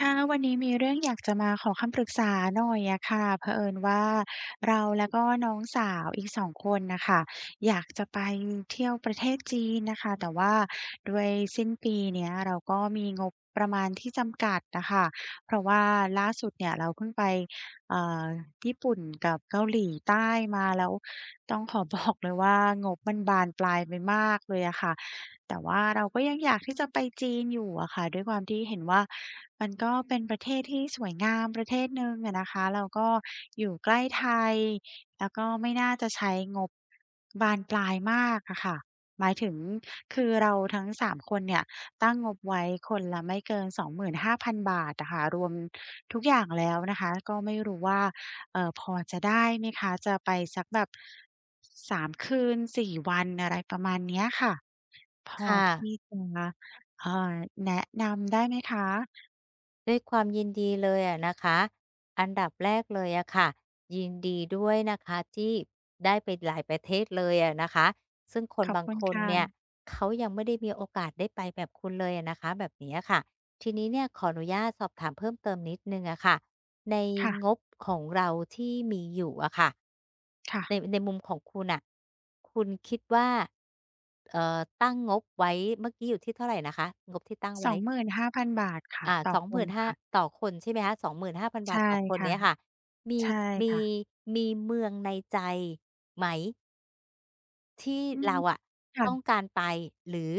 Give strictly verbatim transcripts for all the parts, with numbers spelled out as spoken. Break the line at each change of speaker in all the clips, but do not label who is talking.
ค่ะวันนี้มีเรื่องอยากจะมาขอคำปรึกษาหน่อยอะค่ะเผอิญว่าเราแล้วก็น้องสาวอีกสองคนน่ะค่ะอยากจะไปเที่ยวประเทศจีนน่ะค่ะแต่ว่าด้วยสิ้นปีเนี้ยเราก็มีงบประมาณที่จำกัดน่ะค่ะเพราะว่าล่าสุดเนี่ยเราเพิ่งไปเอ่อญี่ปุ่นกับเกาหลีใต้มาแล้วต้องขอบอกเลยว่างบมันบานปลายไปมากเลยอะค่ะ แต่ว่าเราก็ยังอยากที่จะไปจีนอยู่อะค่ะด้วยความที่เห็นว่ามันก็เป็นประเทศที่สวยงามประเทศหนึ่งอะนะคะแล้วก็อยู่ใกล้ไทยแล้วก็ไม่น่าจะใช้งบบานปลายมากอะค่ะหมายถึงคือเราทั้งสามคนเนี่ยตั้งงบไว้คนละไม่เกินสองหมื่นห้าพันบาทอะค่ะรวมทุกอย่างแล้วนะคะก็ไม่รู้ว่าเอ่อพอจะได้ไหมคะจะไปสักแบบไปประมาณเนี้ยค่ะ พอ
ค่ะ
ที่จะเอ่อแนะนำได้ไหมคะ
ด้วยความยินดีเลยอะนะคะอันดับแรกเลยอะค่ะยินดีด้วยนะคะที่ได้ไปหลายประเทศเลยอะนะคะซึ่งคน
ขอบ
บาง
คุณ
คน
ค่ะ
เนี่ยเขายังไม่ได้มีโอกาสได้ไปแบบคุณเลยอะนะคะแบบนี้อะค่ะทีนี้เนี่ยขออนุญาตสอบถามเพิ่มเติมนิดนึงอะค่ะในง
ค่ะ
บของเราที่มีอยู่อะค่ะ
ค่ะ
ในในมุมของคุณอะคุณคิดว่าเอ่อตั้งงบไว้เมื่อกี้อยู่ที่เท่าไหรนะคะงบ
สอ
ที่
ง
ตั้ง
ห
ไว้
สองหมื่นห้าพันบาทค่ะ
อ่า
ต่อคนค่ะ
สองหมื่นห้าพันต่อคนใช่ไหมคะสองหมื่นห้าพันบาท
ใช่
ต่อคน
ค่ะ
เนี้ยค่ะมี
ใช่
มี
ค่ะ
มีเมืองในใจไหม ที่
อืม
เราอะต้อง
ค่ะ
การไปหรือ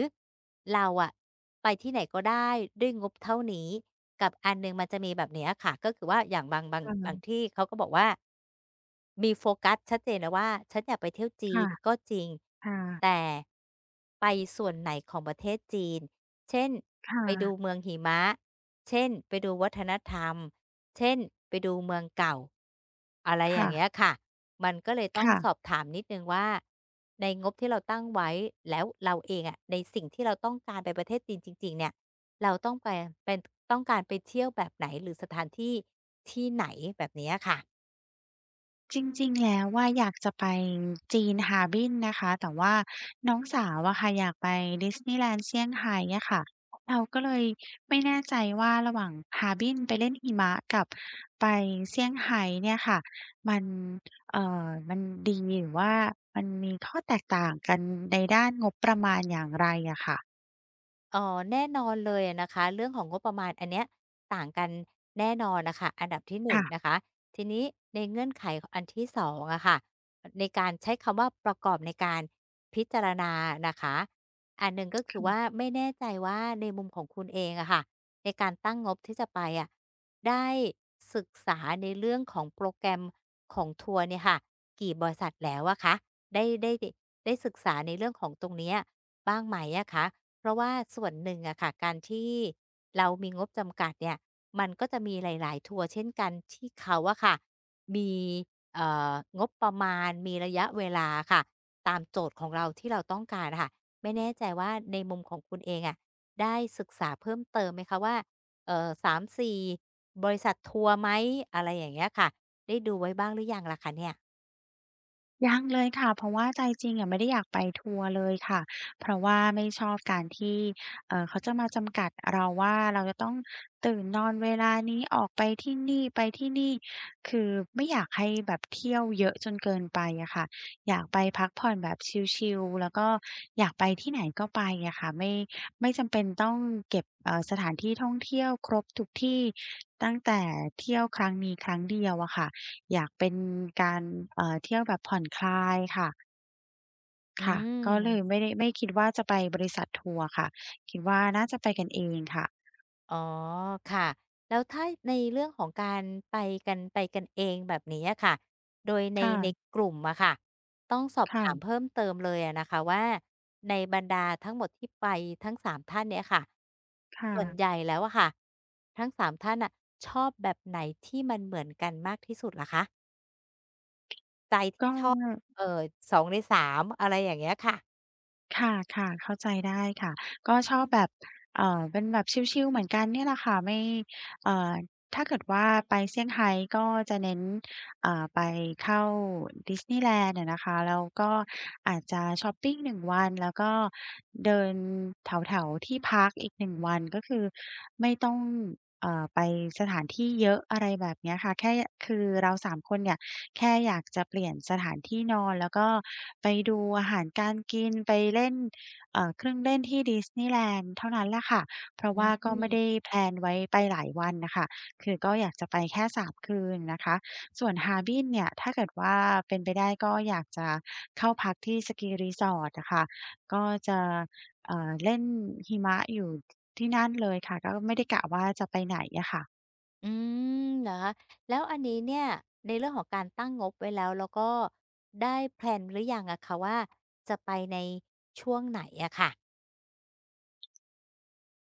เราอะไปที่ไหนก็ได้ด้วยงบเท่านี้กับอันหนึ่งมันจะมีแบบเนี้ยค่ะก็คือว่าอย่างบางบางบางที่เขาก็บอกว่ามีโฟกัสชัดเจนนะว่าฉันอยากไปเที่ยว
ๆค
จีนก็จริง
่ะ
แต่ไปส่วนไหนของประเทศจีนเช่น
ค่
ไปดูเมื
ะ
องหิมะเช่นไปดูวัฒนธรรม เช่นไปดูเมืองเก่าอะไรอ
ค่ะ
ย่างเงี้ย
ค่ะ
ค่ะมันก็เลยต้องสอบ
ค่ะ
ถามนิดหนึ่งว่าในงบที่เราตั้งไว้แล้วเราเองอะในสิ่งที่เราต้องการไปประเทศจีนจริงๆเนี่ยเราต้องไปเป็นต้องการไปเที่ยวแบบไหนหรือสถานที่ที่ไหนแบบเนี้ยค่ะ
จริงๆแล้วอาอยากจะไปจีน Harbin นะคะแต่ว่าน้องสาวอะค่ะอยากไปดิสนีย์แลนด์เซี่ยงไฮ้อะค่ะเราก็เลยไม่แน่ใจว่าระหว่าง Harbin ไปเล่นหิมะกับไปเซี่ยงไฮ้เนี่ยค่ะมันเอ่อมันดีหรือว่ามันมีข้อแตกต่างกันในด้านงบประมาณอย่างไรอะค่ะ
อ๋อแน่นอนเลยนะคะเรื่องของงบประมาณอันเนี้ยต่างกันแน่นอนนะคะอันดับที่หนง
ค่ะ
นะคะทีนี้ในเงื่อนไขของอันที่สององอะค่ะในการใช้คำว่าประกอบในการพิจารณานะคะอันหนึ่งก็คือว่าไม่แน่ใจว่าในมุมของคุณเองอะค่ะในการตั้งงบที่จะไปอะได้ศึกษาในเรื่องของโปรแกรมของทัวร์เนี่ยค่ะกี่บริษัทแล้วอะคะได้ได้ได้ศึกษาในเรื่องของตรงเนี้ย บ้างไหมอะคะเพราะว่าส่วนหนึ่งอะค่ะการที่เรามีงบจำกัดเนี่ย มันก็จะมีหลายๆทัวร์เช่นกันที่เขาอะค่ะ มีเอ่องบประมาณมีระยะเวลาค่ะตามโจทย์ของเราที่เราต้องการอะค่ะไม่แน่ใจว่าในมุมของคุณเองอะได้ศึกษาเพิ่มเติมไหมคะว่าเอ่อสามถึงสี่บริษัททัวร์ไหมอะไรอย่างเงี้ยค่ะได้ดูไว้บ้างหรือยังล่ะคะเนี่ย
ยังเลยค่ะเพราะว่าใจจริงอะไม่ได้อยากไปทัวร์เลยค่ะเพราะว่าไม่ชอบการที่เอ่อเขาจะมาจำกัดเราว่าเราจะต้องตื่นนอนเวลานี้ออกไปที่นี่ไปที่นี่คือไม่อยากให้แบบเที่ยวเยอะจนเกินไปอะค่ะอยากไปพักผ่อนแบบชิลๆแล้วก็อยากไปที่ไหนก็ไปอะค่ะไม่ไม่จำเป็นต้องเก็บเอ่อสถานที่ท่องเที่ยวครบทุกที่ตั้งแต่เที่ยวครั้งนี้ครั้งเดียวอะค่ะ อยากเป็นการเอ่อเที่ยวแบบผ่อนคลายค่ะ
อื
ค่ะก็เลย
ม
ไม่ได้ไม่คิดว่าจะไปบริษัททัวร์ค่ะ คิดว่าน่าจะไปกันเองค่ะ
อ๋อค่ะแล้วถ้าในเรื่องของการไปกันไปกันเองแบบนี้อะค่ะโดยในใน
ค่ะ
กลุ่มอะค่ะต้องสอบถาม
ค่ะ
เพิ่มเติมเลยอะนะคะว่าในบรรดาทั้งหมดที่ไปทั้งสามท่านเนี่ยค่ะ
ค
ส่วนให
่ะ
ญ่แล้วอะค่ะทั้งสามท่านอะชอบแบบไหนที่มันเหมือนกันมากที่สุดล่ะคะใจที่
ก็
ชอบเออสอสองในสามอะไรอย่างเงี้ยค่ะ
ค่ะค่ะเข้าใจได้ค่ะ ก็ชอบแบบเอ่อเป็นแบบชิลๆเหมือนกันเนี่ยแหละค่ะ ไม่เอ่อถ้าเกิดว่าไปเซี่ยงไฮ้ก็จะเน้นเอ่อไปเข้าดิสนีย์แลนด์อะนะคะ แล้วก็อาจจะชอปปิ้งหนึ่งวันแล้วก็เดินแถวๆที่พักอีกหนึ่งวันก็คือไม่ต้อง เอ่อไปสถานที่เยอะอะไรแบบเนี้ยค่ะแค่ยคือเราสามคนเนี่ยแค่อยากจะเปลี่ยนสถานที่นอนแล้วก็ไปดูอาหารการกินไปเล่นเอ่อเครื่องเล่นที่ดิสนีย์แลนด์เท่านั้นแหละค่ะเพราะ
อื
ว่าก็ไม่ได้
ม
แพลนไว้ไปหลายวันน่ะค่ะคือก็อยากจะไปแค่สามคืนนะคะส่วน Harbin เนี่ยถ้าเกิดว่าเป็นไปได้ก็อยากจะเข้าพักที่สกี resort อะค่ะก็จะ เอ่อเล่นหิมะอยู่ที่นั่นเลยค่ะก็ไม่ได้กะว่าจะไปไหนอะค่ะ
อืมเหรอคะแล้วอันนี้เนี่ยในเรื่องของการตั้งงบไว้แล้วแล้วก็ได้แพลนหรือยังอะคะว่าจะไปในช่วงไหนอะค่ะ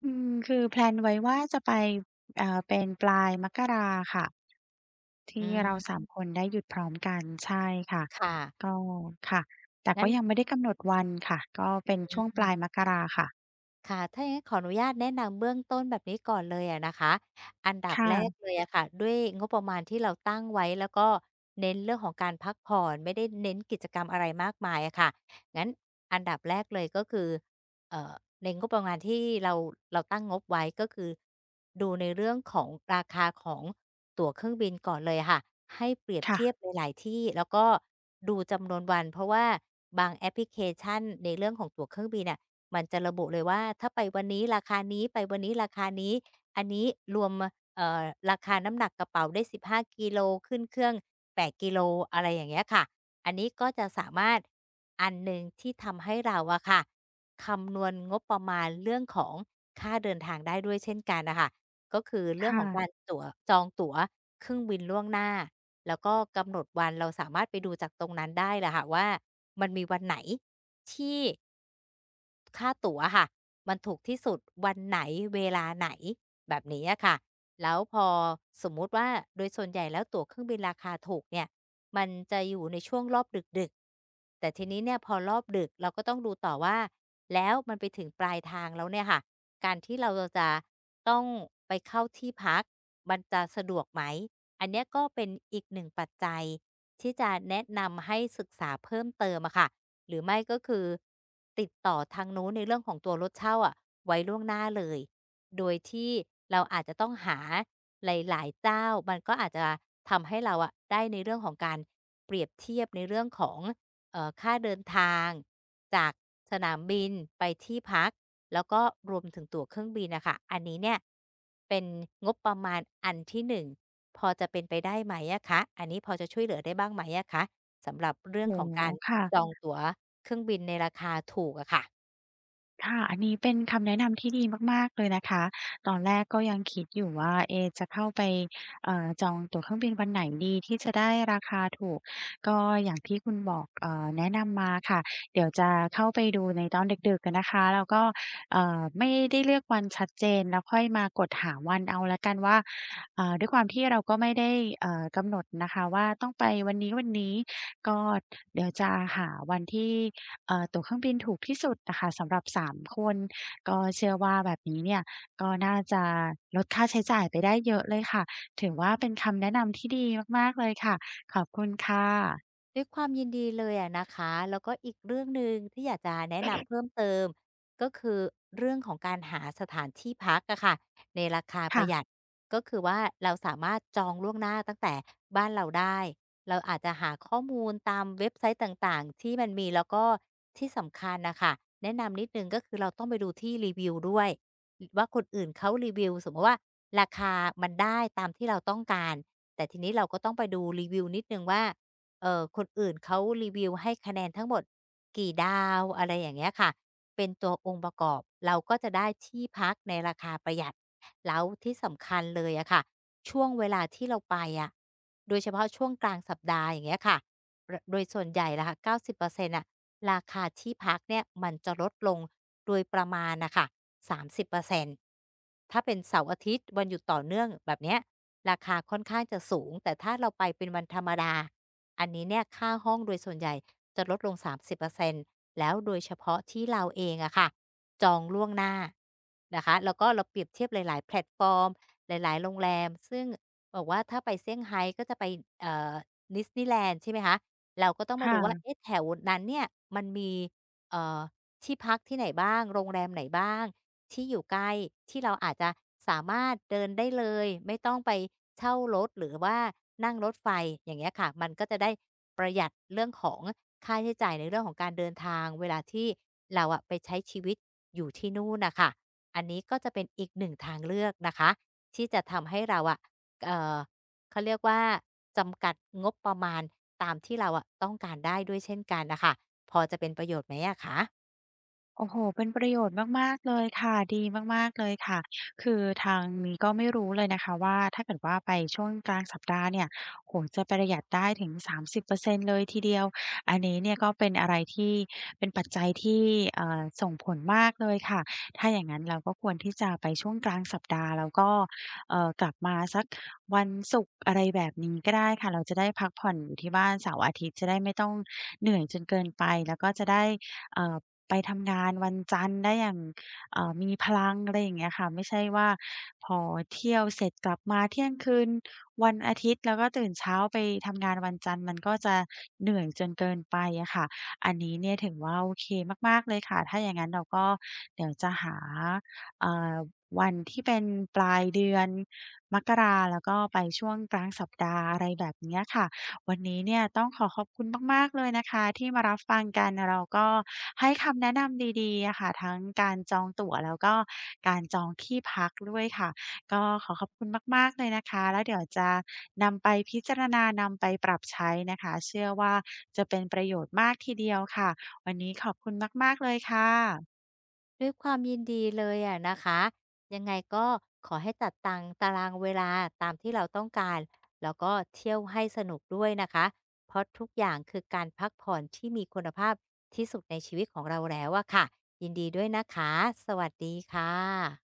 อืมคือแพลนไว้ว่าจะไปเอ่อเป็นปลายมกราค่ะ
อื
ที่
ม
เราสามคนไปค่ะ
ค่ะ
ก็ค่ะแต่
งั้
ก็
น
ยังไม่ได้กำหนดวันค่ะก็เป็นช่วงปลายมกราค่ะ
ค่ะถ้าอย่างนั้นขออนุญาตแนะนำเบื้องต้นแบบนี้ก่อนเลยอะนะคะอันดั
ค
บแรก
่ะ
เลยอะค่ะด้วยงบประมาณที่เราตั้งไว้แล้วก็เน้นเรื่องของการพักผ่อนไม่ได้เน้นกิจกรรมอะไรมากมายอะค่ะงั้นอันดับแรกเลยก็คือเอ่อในงบประมาณที่เราเราตั้งงบไว้ก็คือดูในเรื่องของราคาของตั๋วเครื่องบินก่อนเลยอะค่ะให้เปรียบเทียบ
ค่ะ
หลายๆที่แล้วก็ดูจำนวนวันเพราะว่าบางแอปพลิเคชันในเรื่องของตั๋วเครื่องบินน่ะ มันจะระบุเลยว่าถ้าไปวันนี้ราคานี้ไปวันนี้ราคานี้อันนี้รวมเอ่อราคาน้ำหนักกระเป๋าได้สิบห้ากิโลขึ้นเครื่องแปดกิโลอะไรอย่างเงี้ยค่ะอันนี้ก็จะสามารถอันหนึ่งที่ทำให้เราอะค่ะคำนวณงบประมาณเรื่องของค่าเดินทางได้ด้วยเช่นกันน่ะค่ะก็คือ
ค
เรื่องของการ
่ะ
ตั๋วจองตั๋วเครื่องบินล่วงหน้าแล้วก็กำหนดวันเราสามารถไปดูจากตรงนั้นได้แหละค่ะว่ามันมีวันไหนที่ ค่าตั๋วอะค่ะมันถูกที่สุดวันไหนเวลาไหนแบบนี้อะค่ะแล้วพอสมมุติว่าโดยส่วนใหญ่แล้วตั๋วเครื่องบินราคาถูกเนี่ยมันจะอยู่ในช่วงรอบดึกๆแต่ทีนี้เนี่ยพอรอบดึกเราก็ต้องดูต่อว่าแล้วมันไปถึงปลายทางแล้วเนี่ยค่ะการที่เราจะต้องไปเข้าที่พักมันจะสะดวกไหมอันเนี้ยก็เป็นอีกหนึ่งปัจจัยที่จะแนะนำให้ศึกษาเพิ่มเติมอะค่ะ หรือไม่ก็คือติดต่อทางนู้นในเรื่องของตัวรถเช่าอะไว้ล่วงหน้าเลยโดยที่เราอาจจะต้องหาหลายๆเจ้ามันก็อาจจะทำให้เราอะได้ในเรื่องของการเปรียบเทียบในเรื่องของเอ่อค่าเดินทางจากสนามบินไปที่พักแล้วก็รวมถึงตั๋วเครื่องบินน่ะค่ะอันนี้เนี่ยเป็นงบประมาณอันที่หนึ่งพอจะเป็นไปได้ไหมอะคะอันนี้พอจะช่วยเหลือได้บ้างไหมอะคะ สำหรับเรื่อง
โอ้
ของ
โฮ
การจอ
ค่ะ
งตั๋วเครื่องบินในราคาถูกอะค่ะ
ค่ะอันนี้เป็นคำแนะนำที่ดีมากๆเลยนะคะตอนแรกก็ยังคิดอยู่ว่าเอ๊จะเข้าไปเอ่อจองตั๋วเครื่องบินวันไหนดีที่จะได้ราคาถูกก็อย่างที่คุณบอกเอ่อแนะนำมาค่ะเดี๋ยวจะเข้าไปดูในตอนดึกๆอะนะคะแล้วก็เอ่อไม่ได้เลือกวันชัดเจนแล้วค่อยมากดหาวันเอาแล้วกันว่าอ่าด้วยความที่เราก็ไม่ได้เอ่อกำหนดนะคะว่าต้องไปวันนี้ๆก็เดี๋ยวจะหาวันที่ เอ่อตั๋วเครื่องบินถูกที่สุดอะค่ะสำหรับสามคนก็เชื่อว่าแบบนี้เนี่ยก็น่าจะลดค่าใช้จ่ายไปได้เยอะเลยค่ะถือว่าเป็นคำแนะนำที่ดีมากๆเลยค่ะ
ด้วยความยินดีเลยอะนะคะแล้วก็อีกเรื่องหนึ่งที่อยากจะแนะนำเพิ่มเติมก็คือเรื่องของการหาสถานที่พักอะค่ะในราคาประหยัด
ค่ะ
ก็คือว่าเราสามารถจองล่วงหน้าตั้งแต่บ้านเราได้เราอาจจะหาข้อมูลตามเว็บไซต์ต่างๆที่มันมีแล้วก็ที่สำคัญนะคะแนะนำนิดนึงก็คือเราต้องไปดูที่รีวิวด้วยอว่าคนอื่นเขารีวิวสมมติว่าราคามันได้ตามที่เราต้องการแต่ทีนี้เราก็ต้องไปดูรีวิวนิดนึงว่า เอ่อคนอื่นเขารีวิวให้คะแนนทั้งหมดกี่ดาวอะไรอย่างเงี้ยค่ะเป็นตัวองค์ประกอบเราก็จะได้ที่พักในราคาประหยัดแล้วที่สำคัญเลยอะค่ะช่วงเวลาที่เราไปอะโดยเฉพาะช่วงกลางสัปดาห์อย่างเงี้ยค่ะรโดยส่วนใหญ่ล่ะค่ะเก้าสิบเปอร์เซ็นต์นต์น่ะราคาที่พักเนี่ยมันจะลดลงโดยประมาณน่ะค่ะสามสิบเปอร์เซ็นต์ถ้าเป็นเสาร์อาทิตย์วันหยุดต่อเนื่องแบบเนี้ยราคาค่อนข้างจะสูงแต่ถ้าเราไปเป็นวันธรรมดา อันนี้เนี่ยค่าห้องโดยส่วนใหญ่จะลดลงสามสิบเปอร์เซ็นต์แล้วโดยเฉพาะที่เราเองอะค่ะจองล่วงหน้านะคะแล้วก็เราเปรียบเทียบหลายๆแพลตฟอร์มหลายๆโรงแรมซึ่งบอกว่าถ้าไปเซี่ยงไฮ้ก็จะไปเอ่อดิสนีย์แลนด์ใช่ไหมคะเราก็ต้องมาดูว่า
ค่ะ
เอ๊ะแถวนั้นเนี่ยมันมีเอ่อที่พักที่ไหนบ้างโรงแรมไหนบ้าง ที่อยู่ใกล้ที่เราอาจจะสามารถเดินได้เลยไม่ต้องไปเช่ารถหรือว่านั่งรถไฟอย่างเงี้ยค่ะมันก็จะได้ประหยัดเรื่องของค่าใช้จ่ายในเรื่องของการเดินทางเวลาที่เราอะไปใช้ชีวิตอยู่ที่นู่นน่ะค่ะอันนี้ก็จะเป็นอีกหนึ่งทางเลือกนะคะที่จะทำให้เราอะเอ่อเขาเรียกว่าจำกัดงบประมาณตามที่เราอะต้องการได้ด้วยเช่นกันน่ะค่ะพอจะเป็นประโยชน์ไหมอะคะ
โอ้โฮเป็นประโยชน์มากๆเลยค่ะ ดีมากๆเลยค่ะคือทางนี้ก็ไม่รู้เลยนะคะว่าถ้าเกิดว่าไปช่วงกลางสัปดาห์เนี่ยโอ้โฮจะประหยัดได้ถึงสามสิบเปอร์เซ็นต์เปอร์เซ็นต์เลยทีเดียวอันนี้เนี่ยก็เป็นอะไรที่เป็นปัจจัยที่เอ่อส่งผลมากเลยค่ะถ้าอย่างงั้นเราก็ควรที่จะไปช่วงกลางสัปดาห์แล้วก็เอ่อกลับมาสักวันศุกร์อะไรแบบนี้ก็ได้ค่ะเราจะได้พักผ่อนอยู่ที่บ้านเสาร์อาทิตย์จะได้ไม่ต้องเหนื่อยจนเกินไปแล้วก็จะได้เอ่อ ไปทำงานวันจันทร์ได้อย่างเอ่อมีพลังอะไรอย่างเงี้ยค่ะไม่ใช่ว่าพอเที่ยวเสร็จกลับมาเที่ยงคืนวันอาทิตย์แล้วก็ตื่นเช้าไปทำงานวันจันทร์มันก็จะเหนื่อยจนเกินไปอะค่ะอันนี้เนี่ยถือว่าโอเคมากๆเลยค่ะถ้าอย่างงั้นเราก็เดี๋ยวจะหาเอ่อวันที่เป็นปลายเดือนมกราแล้วก็ไปช่วงกลางสัปดาห์อะไรแบบเนี้ยค่ะ วันนี้เนี่ยต้องขอขอบคุณมากๆเลยนะคะที่มารับฟังกันเราก็ให้คำแนะนำดีๆอะค่ะทั้งการจองตั๋วแล้วก็การจองที่พักด้วยค่ะก็ขอขอบคุณมากๆเลยนะคะแล้วเดี๋ยวจะนำไปพิจารณานำไปปรับใช้นะคะเชื่อว่าจะเป็นประโยชน์มากทีเดียวค่ะวันนี้ขอบคุณมากๆเลยค่ะ
ด้วยความยินดีเลยอะนะคะยังไงก็ขอให้จัดตังตารางเวลาตามที่เราต้องการแล้วก็เที่ยวให้สนุกด้วยนะคะเพราะทุกอย่างคือการพักผ่อนที่มีคุณภาพที่สุดในชีวิตของเราแล้วอะค่ะยินดีด้วยนะคะสวัสดีค่ะ